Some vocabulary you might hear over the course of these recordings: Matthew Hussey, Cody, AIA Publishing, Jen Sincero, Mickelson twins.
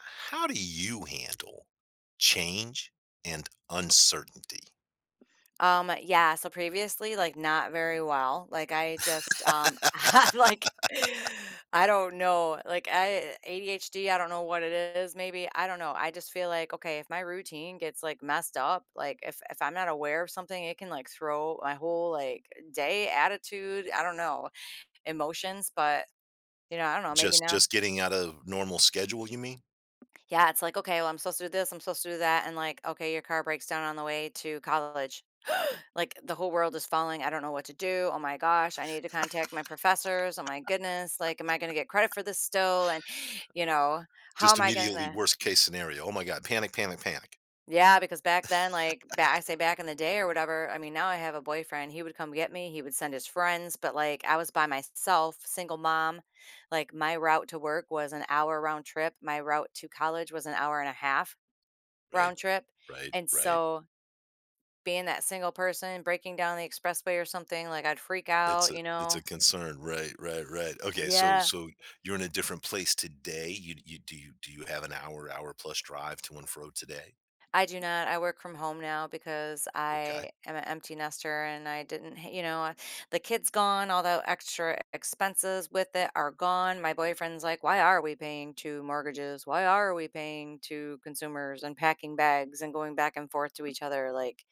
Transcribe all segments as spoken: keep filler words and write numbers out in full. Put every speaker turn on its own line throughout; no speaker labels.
How do you handle change and uncertainty?
Um, yeah, so previously, like, not very well, like, I just, um, I'm like, I don't know, like, I A D H D, I don't know what it is, maybe, I don't know, I just feel like, okay, if my routine gets, like, messed up, like, if if I'm not aware of something, it can, like, throw my whole, like, day, attitude, I don't know, emotions, but, you know, I don't know, maybe
Just
now
just getting out of normal schedule, you mean?
yeah, it's like, okay, well, I'm supposed to do this, I'm supposed to do that, and, like, okay, your car breaks down on the way to college. Like, the whole world is falling. I don't know what to do. Oh my gosh, I need to contact my professors. Oh my goodness, like, am I going to get credit for this still? And, you know, how
Just
am I going
immediately
to?
worst case scenario. Oh my god, panic, panic, panic.
Yeah, because back then, like, ba I say back in the day or whatever, I mean, now I have a boyfriend. He would come get me, he would send his friends, but like, I was by myself, single mom. Like, my route to work was an hour round trip, my route to college was an hour and a half round
Right.
trip.
Right,
And
right.
so, being that single person, breaking down the expressway or something, like I'd freak
It's
out,
a
you
it's a
know?
concern. Right, right, right. Okay, so
Yeah,
so you're in a different place today. You you do you do you have an hour hour plus drive to and fro today?
I do not. I work from home now because
Okay.
I am an empty nester and I didn't, h- you know, I- the kid's gone, all the extra expenses with it are gone. My boyfriend's like, why are we paying two mortgages? Why are we paying two consumers and packing bags and going back and forth to each other? Like,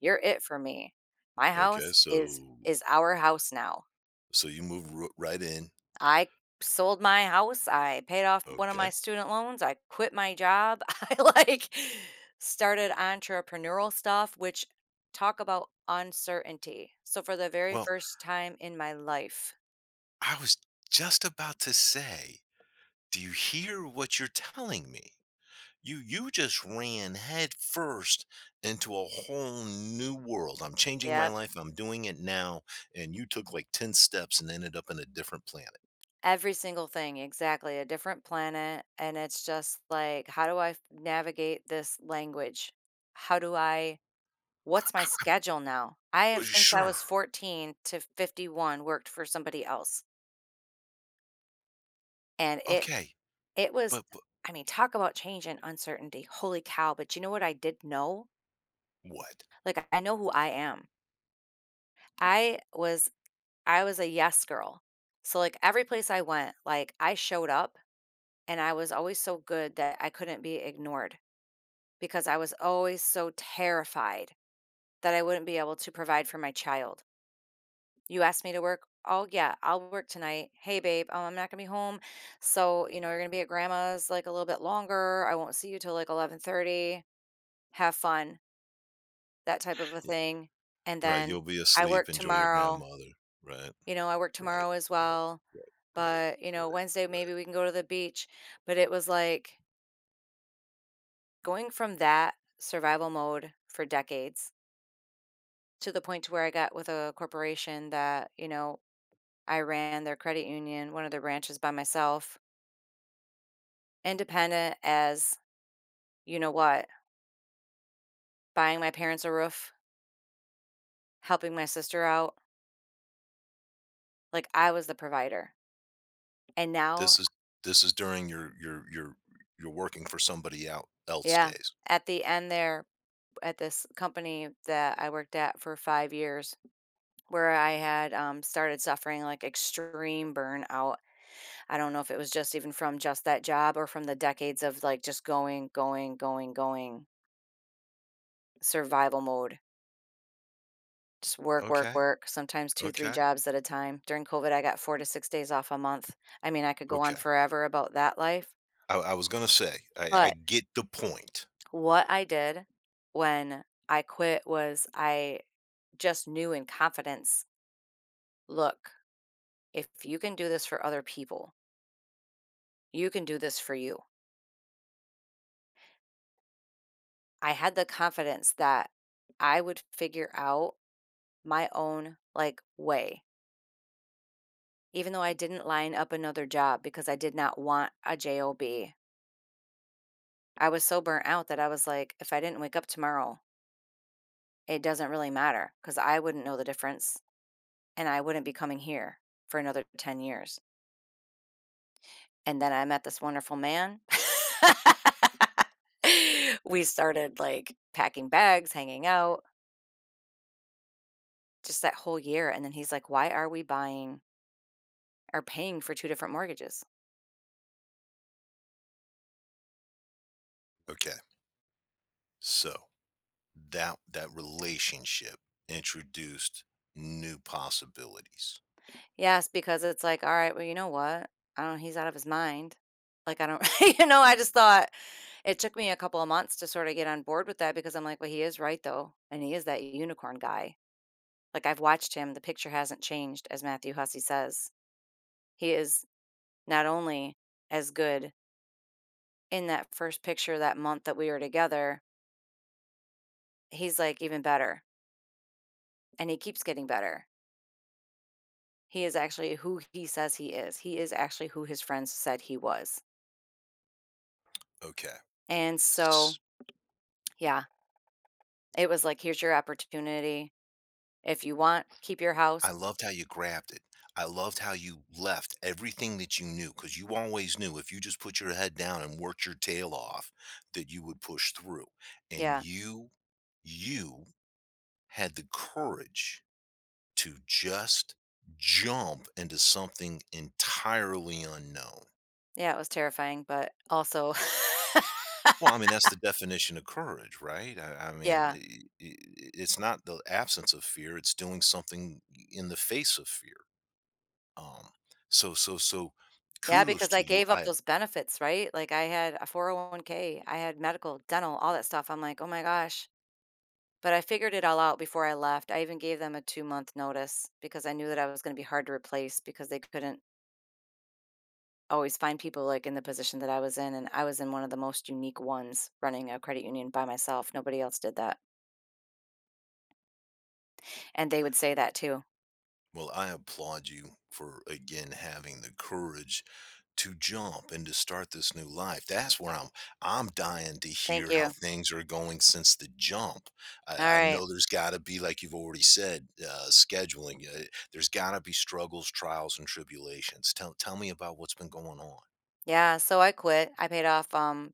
you're it for me. My
Okay,
house is
so
is our house now.
so you move ro- right in.
I sold my house, I paid off one of my
Okay.
student loans, I quit my job, I, like, started entrepreneurial stuff, which talk about uncertainty. So for the very
Well,
first time in my life
I was just about to say, do you hear what you're telling me? You you just ran head first into a whole new world. I'm changing my
yep,
life. I'm doing it now. And you took like ten steps and ended up in a different planet.
every single thing, exactly, a different planet, and it's just like, how do I navigate this language? How do I what's my
"Uh,
schedule now? I have since I
Sure.
was fourteen to fifty-one worked for somebody else, and it
Okay.
It was
But, but
I mean, talk about change and uncertainty. Holy cow, but you know what I did know?
what?
Like, I I know who I am. I was I was a yes girl. So, like, every place I went, like, I showed up and I was always so good that I couldn't be ignored because I was always so terrified that I wouldn't be able to provide for my child. You asked me to work? Oh, yeah, I'll work tonight. Hey, babe, um, I'm not gonna be home. So, you know, you're gonna be at grandma's like a little bit longer. I won't see you till like eleven thirty. Have fun that type of a
Yeah.
thing, and
Right. You'll
then
be
I
asleep.
work
Enjoy your
tomorrow,
grandmother. Right.
you know, I work
Right.
tomorrow as
Right.
well,
Right. Right.
but, you know,
Right.
Wednesday,
Right.
maybe we can go to the beach, but it was, like, going from that survival mode for decades to the point to where I got with a corporation that, you know, I ran their credit union, one of their branches by myself, independent as you know what, buying my parents a roof, helping my sister out, like, I was the provider, and now
This is this is during your your your your working for somebody out else
yeah,
days.
at the end there at this company that I worked at for five years where I had um, started suffering like extreme burnout. I don't know if it was just even from just that job or from the decades of like just going, going, going, going, survival mode. Just work, work,
Okay.
work, sometimes two, three
Okay.
jobs at a time. During COVID, I got four to six days off a month. I mean, I could go on
Okay.
forever about that life.
I I was gonna say, I I
But
get the point.
what I did when I quit was I just knew in confidence look, if you can do this for other people, you can do this for you. I had the confidence that I would figure out my own like way, even though I didn't line up another job because I did not want a job. I was so burnt out that I was like, if I didn't wake up tomorrow, it doesn't really matter because I wouldn't know the difference and I wouldn't be coming here for another ten years. And then I met this wonderful man. we started like packing bags, hanging out. Just that whole year, and then he's like, "Why are we buying or paying for two different mortgages?"
Okay, so that that relationship introduced new possibilities.
Yes, because it's like, "All right, well, you know what? I don't know, he's out of his mind." Like, I don't you know, I just thought it took me a couple of months to sorta get on board with that because I'm like, "Well, he is right though, and he is that unicorn guy." Like, I've watched him, the picture hasn't changed, as Matthew Hussey says. He is not only as good in that first picture that month that we were together, he's, like, even better, and he keeps getting better. He is actually who he says he is. He is actually who his friends said he was.
Okay.
And so,
S
yeah, it was like, here's your opportunity. If you want, keep your
I
house.
loved how you grabbed it. I loved how you left everything that you knew, because you always knew if you just put your head down and worked your tail off that you would push through, and
Yeah.
you you had the courage to just jump into something entirely unknown.
Yeah, it was terrifying, but also
Well, I mean, that's the definition of courage, right? I, I mean, i
yeah.
i i- it's not the absence of fear; it's doing something in the face of fear. Um, so, so, so,
Yeah,
kudos
because I
to you.
gave up
I
those benefits, right? Like I had a four oh one k, I had medical, dental, all that stuff. I'm like, "Oh my gosh." But I figured it all out before I left. I even gave them a two month notice because I knew that I was gonna be hard to replace because they couldn't always find people like in the position that I was in, and I was in one of the most unique ones running a credit union by myself. Nobody else did that. And they would say that too.
well, I applaud you for again having the courage to jump and to start this new life. That's where I'm I'm dying to
Thank
hear how
you.
things are going since the jump.
All
I, I
right.
know there's got to be, like you've already said, uh, scheduling. Uh, there's got to be struggles, trials, and tribulations. Tell tell me about what's been going on.
Yeah. So I quit. I paid off, um,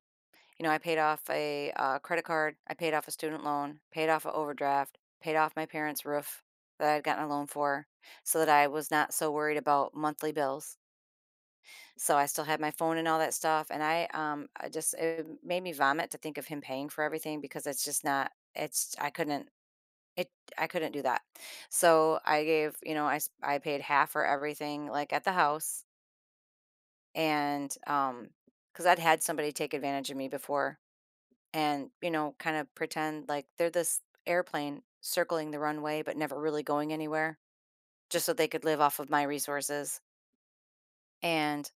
you know, I paid off a uh, credit card. I paid off a student loan, paid off an overdraft, paid off my parents' roof that I'd gotten a loan for so that I was not so worried about monthly bills. So I still had my phone and all that stuff. And I, um, I just, it made me vomit to think of him paying for everything because it's just not, it's, I couldn't, It I couldn't do that. So, I gave you know, I s I paid half for everything, like, at the house, and, um because 'cause I'd had somebody take advantage of me before and, you know, kind of pretend like they're this airplane circling the runway, but never really going anywhere, just so they could live off of my resources, and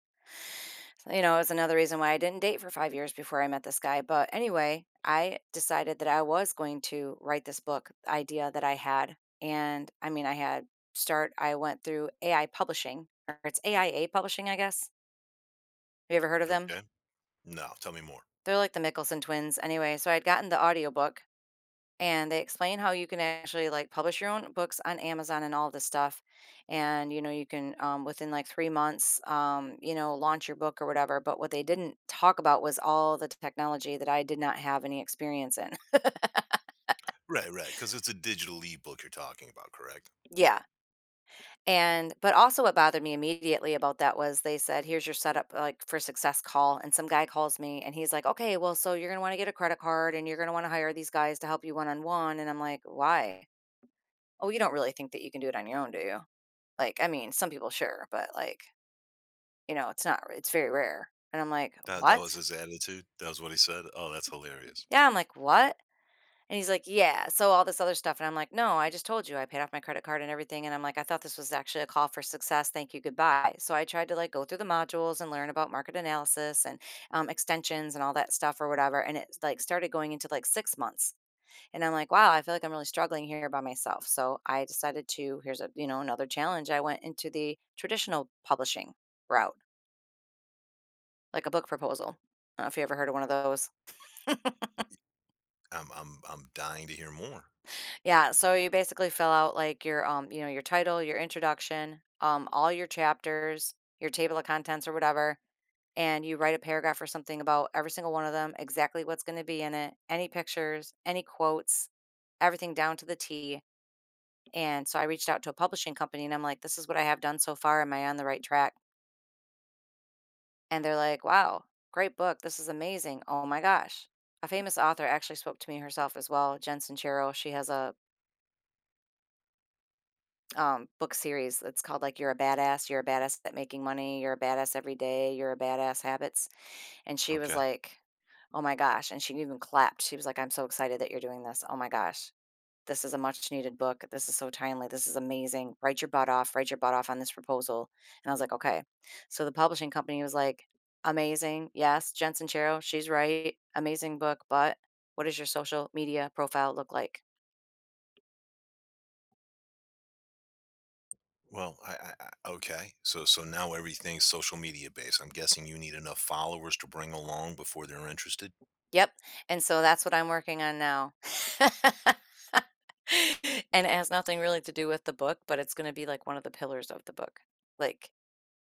you know, it's another reason why I didn't date for five years before I met this guy, but anyway, I decided that I was going to write this book idea that I had, and I mean, I had start I went through A I Publishing, or it's A I A Publishing, I guess. Have you ever heard of them?
Okay. No, tell me more.
They're like the Mickelson twins. Anyway, so I'd gotten the audiobook and they explain how you can actually like publish your own books on Amazon and all this stuff. And you know, you can um, within like three months, um, you know, launch your book or whatever. But what they didn't talk about was all the technology that I did not have any experience in.
Right, right. Because it's a digital ebook you're talking about, correct?
yeah. And but also what bothered me immediately about that was they said, here's your setup like for success call. And some guy calls me and he's like, okay, well, so you're gonna want to get a credit card and you're gonna want to hire these guys to help you one on one. And I'm like, why? Oh, you don't really think that you can do it on your own, do you? Like, I mean, some people sure, but like, you know, it's not it's very rare. And I'm like,
That that
"What?"
was his attitude. That was what he said. Oh, that's hilarious.
Yeah, I'm like, "What?" And he's like, "Yeah, so all this other stuff." And I'm like, "No, I just told you I paid off my credit card and everything." And I'm like, "I thought this was actually a call for success. Thank you. Goodbye." So I tried to like go through the modules and learn about market analysis and um, extensions and all that stuff or whatever. And it like started going into like six months. And I'm like, wow, I feel like I'm really struggling here by myself. So I decided to, here's a, you know, another challenge. I went into the traditional publishing route like a book proposal. I don't know if you ever heard of one of those.
I'm I'm I'm dying to hear more.
Yeah, so you basically fill out like your um, you know, your title, your introduction, um, all your chapters, your table of contents or whatever, and you write a paragraph or something about every single one of them, exactly what's going to be in it, any pictures, any quotes, everything down to the T. And so I reached out to a publishing company and I'm like, this is what I have done so far. Am I on the right track? And they're like, wow, great book. This is amazing. Oh my gosh. A famous author actually spoke to me herself as well, Jen Sincero. She has a um, book series that's called like You're a Badass, You're a Badass at Making Money, You're a Badass Every Day, You're a Badass Habits. And she was
Okay.
like, oh my gosh. And she even clapped. She was like, I'm so excited that you're doing this. Oh my gosh. This is a much needed book. This is so timely. This is amazing. Write your butt off. Write your butt off on this proposal." And I was like, "Okay." So the publishing company was like, "Amazing. Yes, Jensen Chero, she's right. Amazing book, but what does your social media profile look like?"
Well, I, I, I okay. So so now everything's social media based. I'm guessing you need enough followers to bring along before they're interested.
Yep. And so that's what I'm working on now. And it has nothing really to do with the book, but it's gonna be like one of the pillars of the book. Like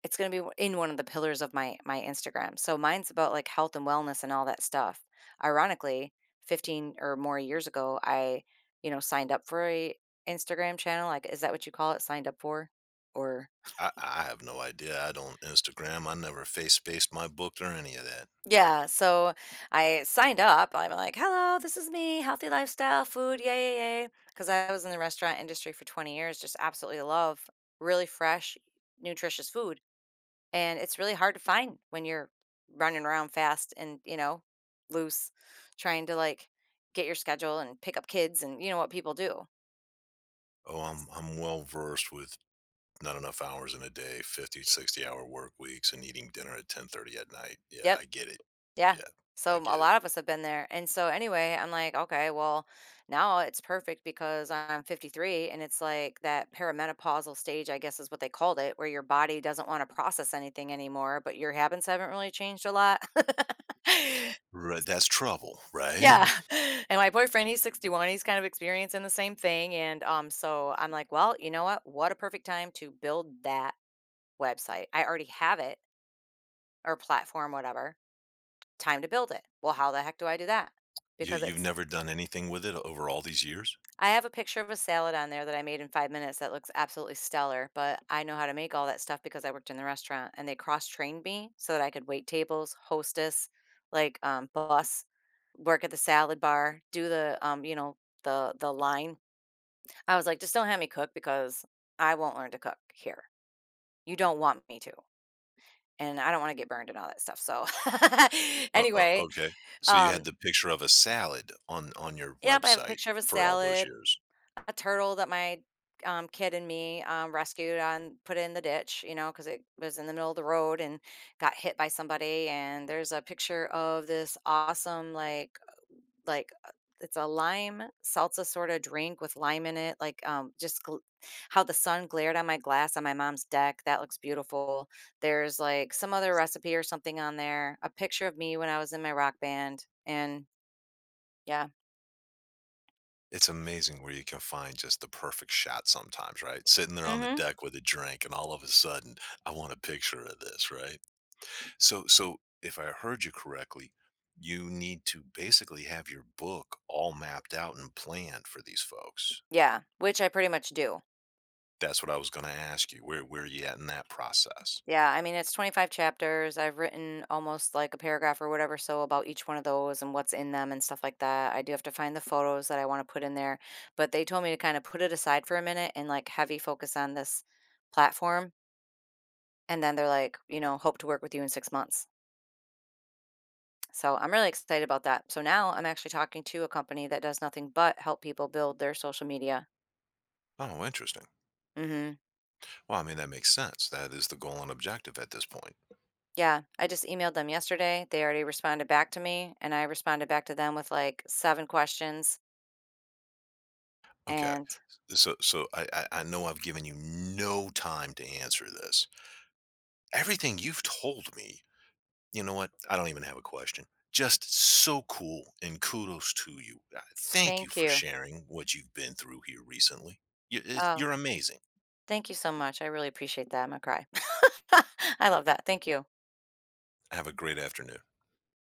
it's gonna be in one of the pillars of my my Instagram. So mine's about, like, health and wellness and all that stuff. Ironically, fifteen or more years ago, I, you know, signed up for a Instagram channel, like, is that what you call it? Signed up for? Or
I, I have no idea. I don't Instagram. I never face spaced my book or any of that.
yeah, so I signed up. I'm like, "Hello, this is me, healthy lifestyle, food, yay, yay, yay. Because I was in the restaurant industry for twenty years, just absolutely love really fresh, nutritious food. And it's really hard to find when you're running around fast and you know loose, trying to like get your schedule and pick up kids and you know what people do.
Oh, I'm I'm well versed with not enough hours in a day, fifty sixty hour work weeks and eating dinner at ten thirty at night. Yeah,
Yep.
I get it.
Yeah,
Yeah,
so
I
a
get it.
lot of us have been there. And so anyway, I'm like, okay, well, now it's perfect because I'm fifty-three and it's like that perimenopausal stage, I guess is what they called it, where your body doesn't want to process anything anymore, but your habits haven't really changed a lot.
Right, that's trouble, right?
Yeah. And my boyfriend, he's sixty-one. He's kind of experiencing the same thing. And um, so I'm like, well, you know what? What a perfect time to build that website. I already have it, or platform, whatever. Time to build it. Well, how the heck do I do that?
You
Because
you've
it's,
never done anything with it over all these years?
I have a picture of a salad on there that I made in five minutes that looks absolutely stellar, but I know how to make all that stuff because I worked in the restaurant and they cross trained me so that I could wait tables, hostess, like um, bus, work at the salad bar, do the, um, you know, the the line. I was like, "Just don't have me cook because I won't learn to cook here. You don't want me to, and I don't wanna get burned and all that stuff." So,
O o
anyway,
okay. So you
um
had the picture of a salad on on your
yep, I have a
website
picture of a
for all those
salad,
years.
a turtle that my, um, kid and me, um, rescued and put in the ditch, you know, because it was in the middle of the road and got hit by somebody, and there's a picture of this awesome, like like uh, it's a lime salsa sort of drink with lime in it. Like um, just gl- how the sun glared on my glass on my mom's deck. That looks beautiful. There's like some other recipe or something on there. A picture of me when I was in my rock band, and yeah.
It's amazing where you can find just the perfect shot sometimes, right? Sitting there on the
Hmm.
deck with a drink and all of a sudden, "I want a picture of this," right? So so if I heard you correctly, you need to basically have your book all mapped out and planned for these folks.
Yeah, which I pretty much do.
That's what I was gonna ask you, where where are you at in that process?
Yeah, I mean, it's twenty-five chapters. I've written almost like a paragraph or whatever so about each one of those and what's in them and stuff like that. I do have to find the photos that I want to put in there, but they told me to kind of put it aside for a minute and like heavy focus on this platform. And then they're like, you know, hope to work with you in six months. So I'm really excited about that. So now I'm actually talking to a company that does nothing but help people build their social media.
Oh, interesting.
Mm-hmm.
Well, I mean, that makes sense. That is the goal and objective at this point.
Yeah, I just emailed them yesterday. They already responded back to me, and I responded back to them with like seven questions.
Okay.
And
so so I, I I know I've given you no time to answer this. Everything you've told me, you know what? I don't even have a question. Just so cool and kudos to you. Uh, Thank you
thank
for
you.
sharing what you've been through here recently. You- it's-
Oh,
you're amazing.
thank you so much. I really appreciate that. I'm gonna cry. I love that. Thank you.
Have a great afternoon.